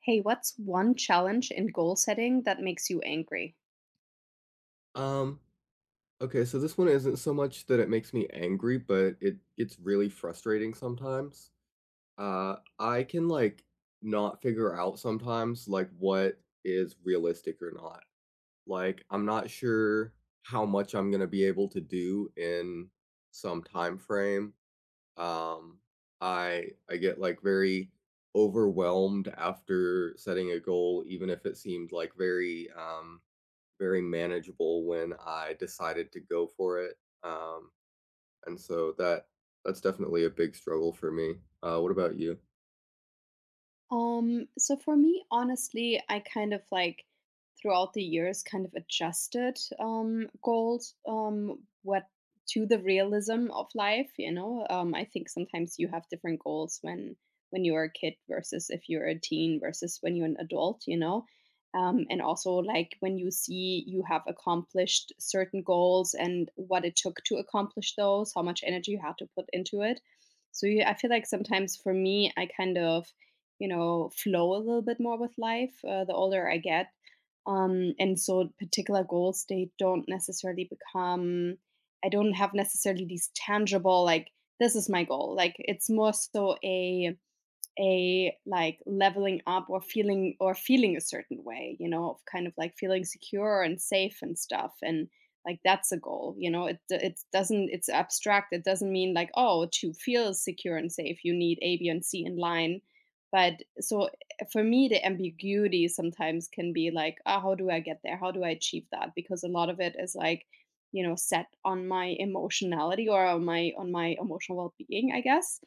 Hey, what's one challenge in goal setting that makes you angry? Um, okay, so this one isn't so much that it makes me angry, but it's really frustrating sometimes. I can like not figure out sometimes like what is realistic or not. Like I'm not sure how much I'm gonna be able to do in some time frame. Um, I get like very overwhelmed after setting a goal, even if it seemed like very very manageable when I decided to go for it, um, and so that's definitely a big struggle for me. What about you? So for me, honestly, I kind of like throughout the years kind of adjusted goals what to the realism of life. I think sometimes you have different goals when you're a kid versus if you're a teen versus when you're an adult. And also like when you see you have accomplished certain goals and what it took to accomplish those, how much energy you had to put into it. So yeah, I feel like sometimes for me, I kind of flow a little bit more with life the older I get. And so particular goals, they don't necessarily become, I don't have necessarily these tangible, like, this is my goal. Like, it's more so a like leveling up or feeling a certain way, of kind of like feeling secure and safe and stuff. And like that's a goal. It doesn't. It's abstract. It doesn't mean like, oh, to feel secure and safe, you need A, B, and C in line. But so for me, the ambiguity sometimes can be like, oh, how do I get there? How do I achieve that? Because a lot of it is like, set on my emotionality or on my emotional well-being, I guess,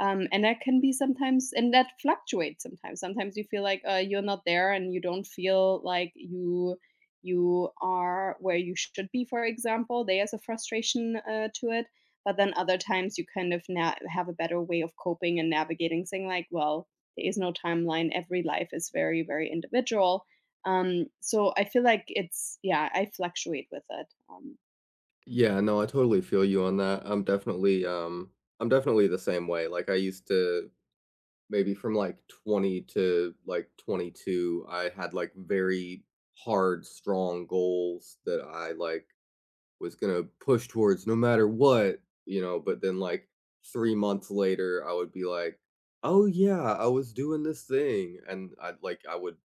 and that can be sometimes, and that fluctuates sometimes. Sometimes you feel like you're not there, and you don't feel like you are where you should be. For example, there's a frustration, to it. But then other times you kind of have a better way of coping and navigating, saying like, well, there is no timeline. Every life is very very individual. So I feel like it's, yeah, I fluctuate with it. Yeah, no, I totally feel you on that. I'm definitely I'm definitely the same way. Like I used to maybe from like 20 to like 22, I had like very hard strong goals that I like was gonna push towards no matter what, you know, but then like 3 months later, I would be like, "Oh yeah, I was doing this thing," and I would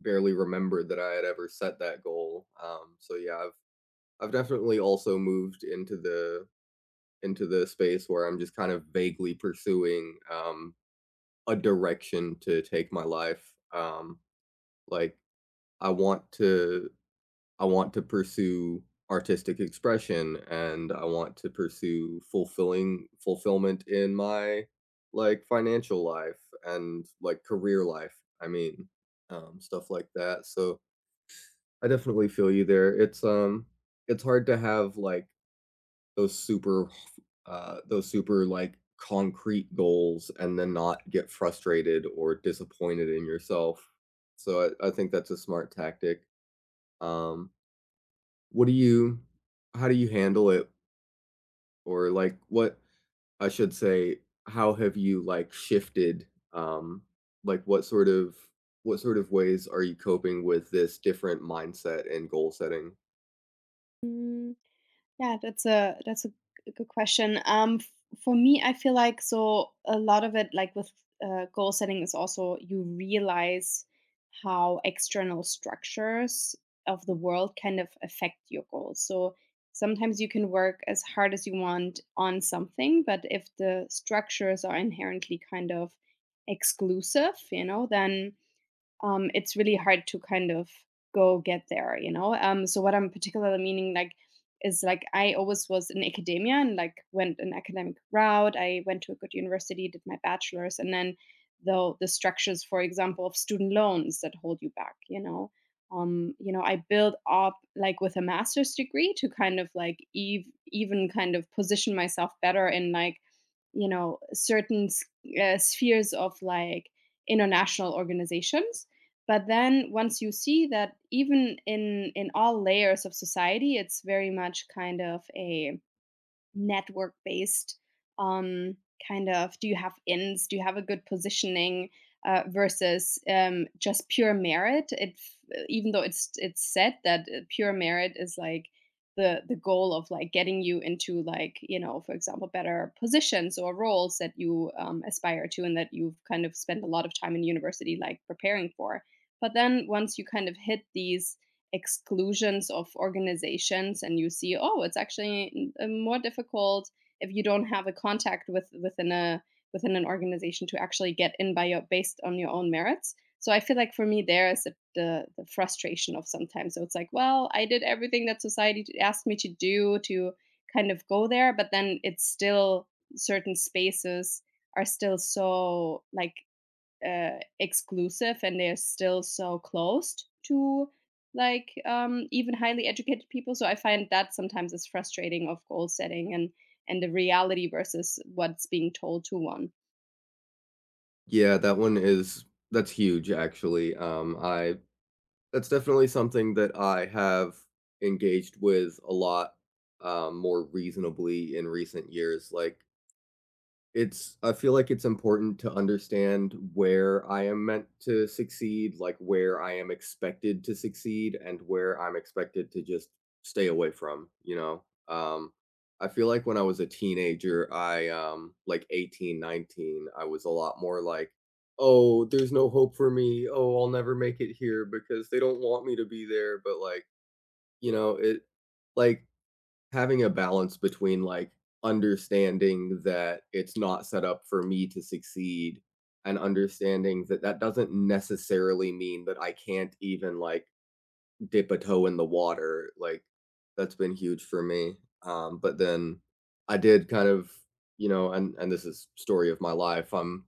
barely remember that I had ever set that goal. So yeah, I've definitely also moved into the space where I'm just kind of vaguely pursuing, a direction to take my life. Like I want to I want to pursue artistic expression and I want to pursue fulfilling fulfillment in my like financial life and like career life. I mean, stuff like that. So I definitely feel you there. It's hard to have like those super, those super like concrete goals and then not get frustrated or disappointed in yourself. So I think that's a smart tactic. Um, what do you how do you handle it? Or, like, what I should say, how have you, like, shifted, um, like, what sort of ways are you coping with this different mindset and goal setting? Um, Yeah, that's a good question. For me, I feel like so a lot of it, like with goal setting, is also you realize how external structures of the world kind of affect your goals. So sometimes you can work as hard as you want on something, but if the structures are inherently kind of exclusive, then it's really hard to kind of go get there. So what I'm particularly meaning like is like I always was in academia and like went an academic route. I went to a good university, did my bachelor's, and then though the structures, for example, of student loans that hold you back. I built up like with a master's degree to kind of like even kind of position myself better in like, certain spheres of like international organizations. But then once you see that even in all layers of society, it's very much kind of a network based um, kind of, do you have a good positioning versus just pure merit, it even though it's said that pure merit is like the goal of like getting you into like, for example, better positions or roles that you aspire to and that you've kind of spent a lot of time in university like preparing for. But then once you kind of hit these exclusions of organizations and you see, oh, it's actually more difficult if you don't have a contact within an organization to actually get in by your based on your own merits. So I feel like for me, there is the frustration of sometimes, so it's like, well, I did everything that society asked me to do to kind of go there, but then it's still certain spaces are still so like exclusive, and they're still so closed to like, even highly educated people. So I find that sometimes is frustrating of goal setting and the reality versus what's being told to one. Yeah, that one is that's huge, actually, I that's definitely something that I have engaged with a lot, more reasonably in recent years, like it's I feel like it's important to understand where I am meant to succeed, like where I am expected to succeed and where I'm expected to just stay away from, you know. I feel like when I was a teenager, I like 18, 19, I was a lot more like, "Oh, there's no hope for me. Oh, I'll never make it here because they don't want me to be there." But like, you know, it, like, having a balance between like understanding that it's not set up for me to succeed and understanding that that doesn't necessarily mean that I can't even like dip a toe in the water. Like that's been huge for me. But then I did kind of, you know, and this is story of my life. I'm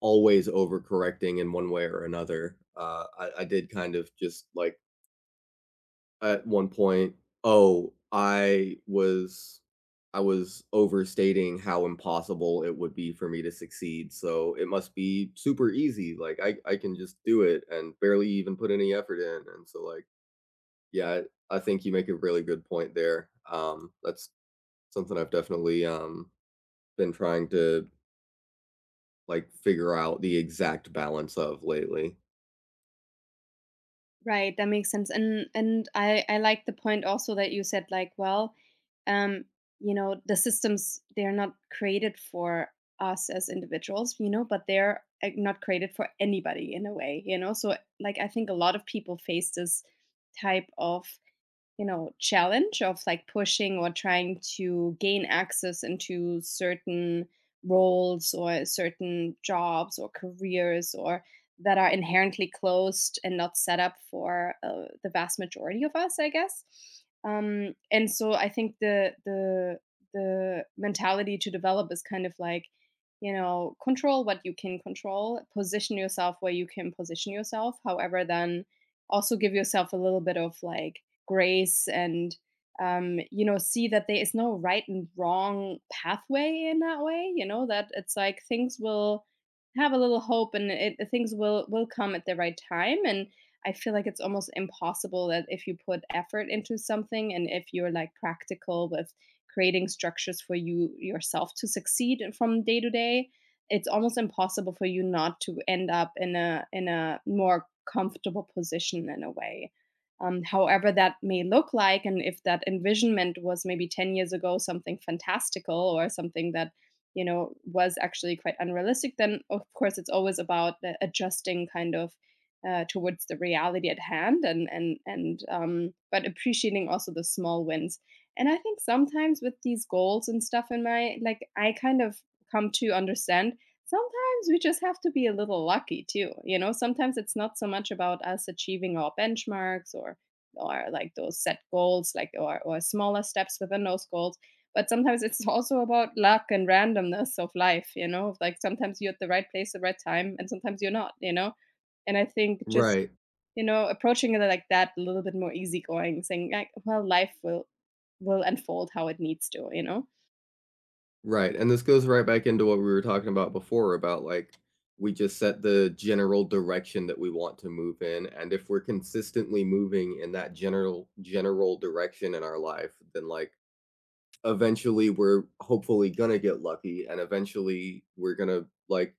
always overcorrecting in one way or another. I did kind of just like at one point, "Oh, I was overstating how impossible it would be for me to succeed, so it must be super easy, like, I can just do it and barely even put any effort in," and so, like, yeah, I think you make a really good point there, that's something I've definitely, been trying to, like, figure out the exact balance of lately. Right, that makes sense, and I like the point also that you said, like, well, um, the systems, they're not created for us as individuals, but they're, like, not created for anybody in a way? So, like, I think a lot of people face this type of, challenge of like pushing or trying to gain access into certain roles or certain jobs or careers or that are inherently closed and not set up for, the vast majority of us, I guess. And so I think the mentality to develop is kind of like, control what you can control, position yourself where you can position yourself. However, then also give yourself a little bit of like grace, and see that there is no right and wrong pathway in that way, that it's like things will have a little hope, and things will come at the right time. And I feel like it's almost impossible that if you put effort into something and if you're like practical with creating structures for you yourself to succeed from day to day, it's almost impossible for you not to end up in a more comfortable position in a way, however that may look like. And if that envisionment was maybe 10 years ago something fantastical or something that, was actually quite unrealistic, then of course it's always about the adjusting kind of towards the reality at hand, and but appreciating also the small wins. And I think sometimes with these goals and stuff in my, like, I kind of come to understand sometimes, we just have to be a little lucky too. You know, sometimes it's not so much about us achieving our benchmarks or like those set goals, like or smaller steps within those goals. But sometimes it's also about luck and randomness of life. Like sometimes you're at the right place at the right time, and sometimes you're not. And I think just Right. Approaching it like that, a little bit more easygoing, saying like, well, life will unfold how it needs to. Right, and this goes right back into what we were talking about before about like we just set the general direction that we want to move in, and if we're consistently moving in that general direction in our life, then like eventually we're hopefully gonna get lucky, and eventually we're gonna like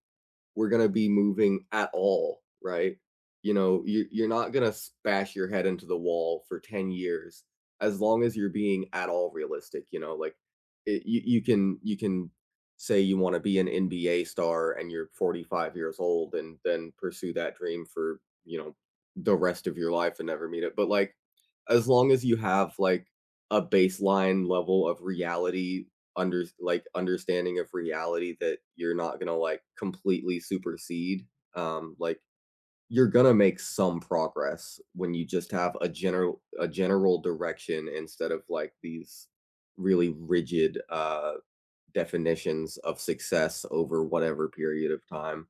we're going to be moving at all, right? You know, you're not going to bash your head into the wall for 10 years as long as you're being at all realistic, you know, like it, you can say you want to be an NBA star and you're 45 years old and then pursue that dream for, you know, the rest of your life and never meet it. But like, as long as you have like a baseline level of reality under like understanding of reality that you're not gonna like completely supersede. Um, like you're gonna make some progress when you just have a general direction instead of like these really rigid definitions of success over whatever period of time.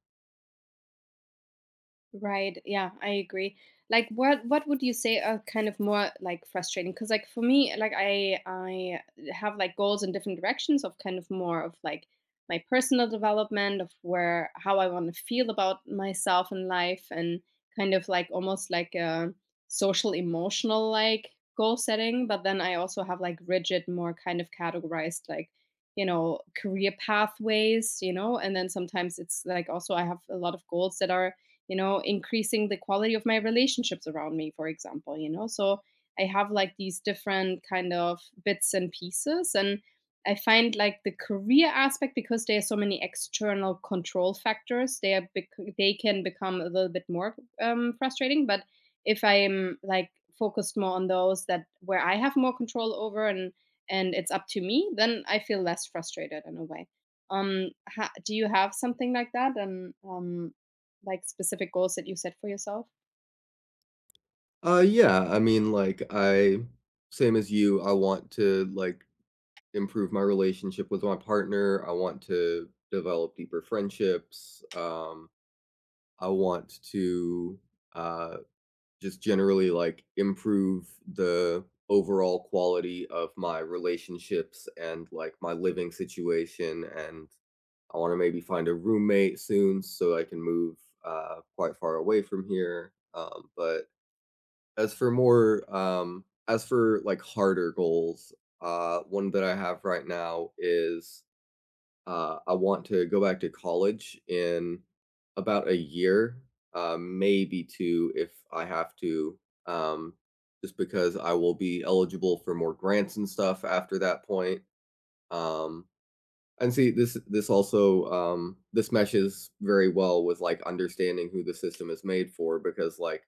Right. Yeah, I agree. Like what would you say are kind of more like frustrating? Because like for me, like I have like goals in different directions of kind of more of like my personal development of where how I want to feel about myself in life, and kind of like almost like a social emotional like goal setting. But then I also have like rigid, more kind of categorized like, career pathways, and then sometimes it's like, also I have a lot of goals that are, increasing the quality of my relationships around me, for example, so I have like these different kind of bits and pieces. And I find like the career aspect, because there are so many external control factors, they are they can become a little bit more frustrating. But if I'm like focused more on those that where I have more control over, and it's up to me, then I feel less frustrated in a way. Do you have something like that, and like specific goals that you set for yourself? Yeah, I mean like I same as you, I want to like improve my relationship with my partner. I want to develop deeper friendships. I want to uh, just generally like improve the overall quality of my relationships and like my living situation. And I want to maybe find a roommate soon so I can move quite far away from here. But as for more, as for like harder goals, one that I have right now is I want to go back to college in about a year, maybe two if I have to, um, just because I will be eligible for more grants and stuff after that point. Um, and see, this meshes very well with like understanding who the system is made for, because like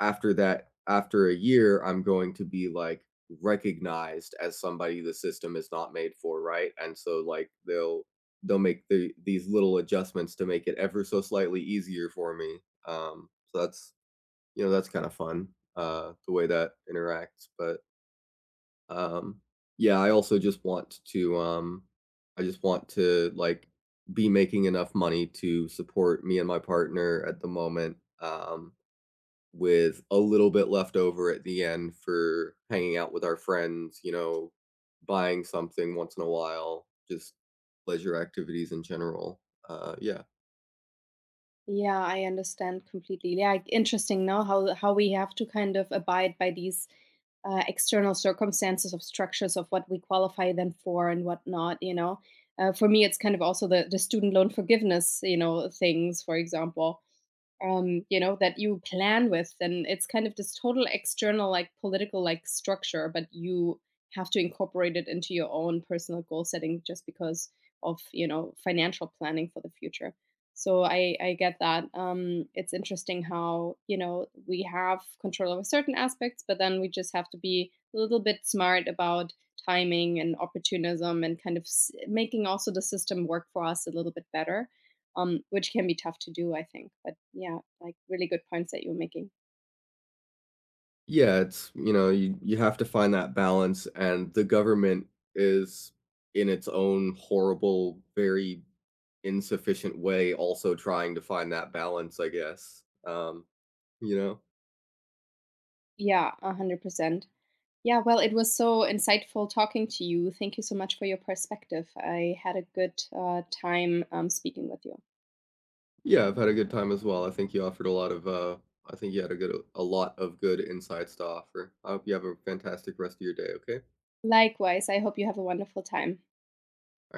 after that, after a year, I'm going to be like recognized as somebody the system is not made for, right? And so like they'll make these little adjustments to make it ever so slightly easier for me. So that's, you know, that's kind of fun the way that interacts. But um yeah, I also just want to I just want to like be making enough money to support me and my partner at the moment, um with a little bit left over at the end for hanging out with our friends, you know, buying something once in a while, just pleasure activities in general. Yeah. Yeah, I understand completely. Yeah, interesting now how we have to kind of abide by these external circumstances of structures of what we qualify them for and whatnot. For me, it's kind of also the student loan forgiveness, things, for example. That you plan with. And it's kind of this total external, like political, like structure, but you have to incorporate it into your own personal goal setting, just because of, financial planning for the future. So I get that. It's interesting how, we have control over certain aspects, but then we just have to be a little bit smart about timing and opportunism and kind of making also the system work for us a little bit better, which can be tough to do, I think. But yeah, like really good points that you're making. Yeah, it's, you know, you have to find that balance, and the government is in its own horrible, very insufficient way also trying to find that balance, I guess. You know? Yeah, 100%. Yeah, well, it was so insightful talking to you. Thank you so much for your perspective. I had a good time speaking with you. Yeah, I've had a good time as well. I think you had a good a lot of good insights to offer. I hope you have a fantastic rest of your day, okay? Likewise, I hope you have a wonderful time.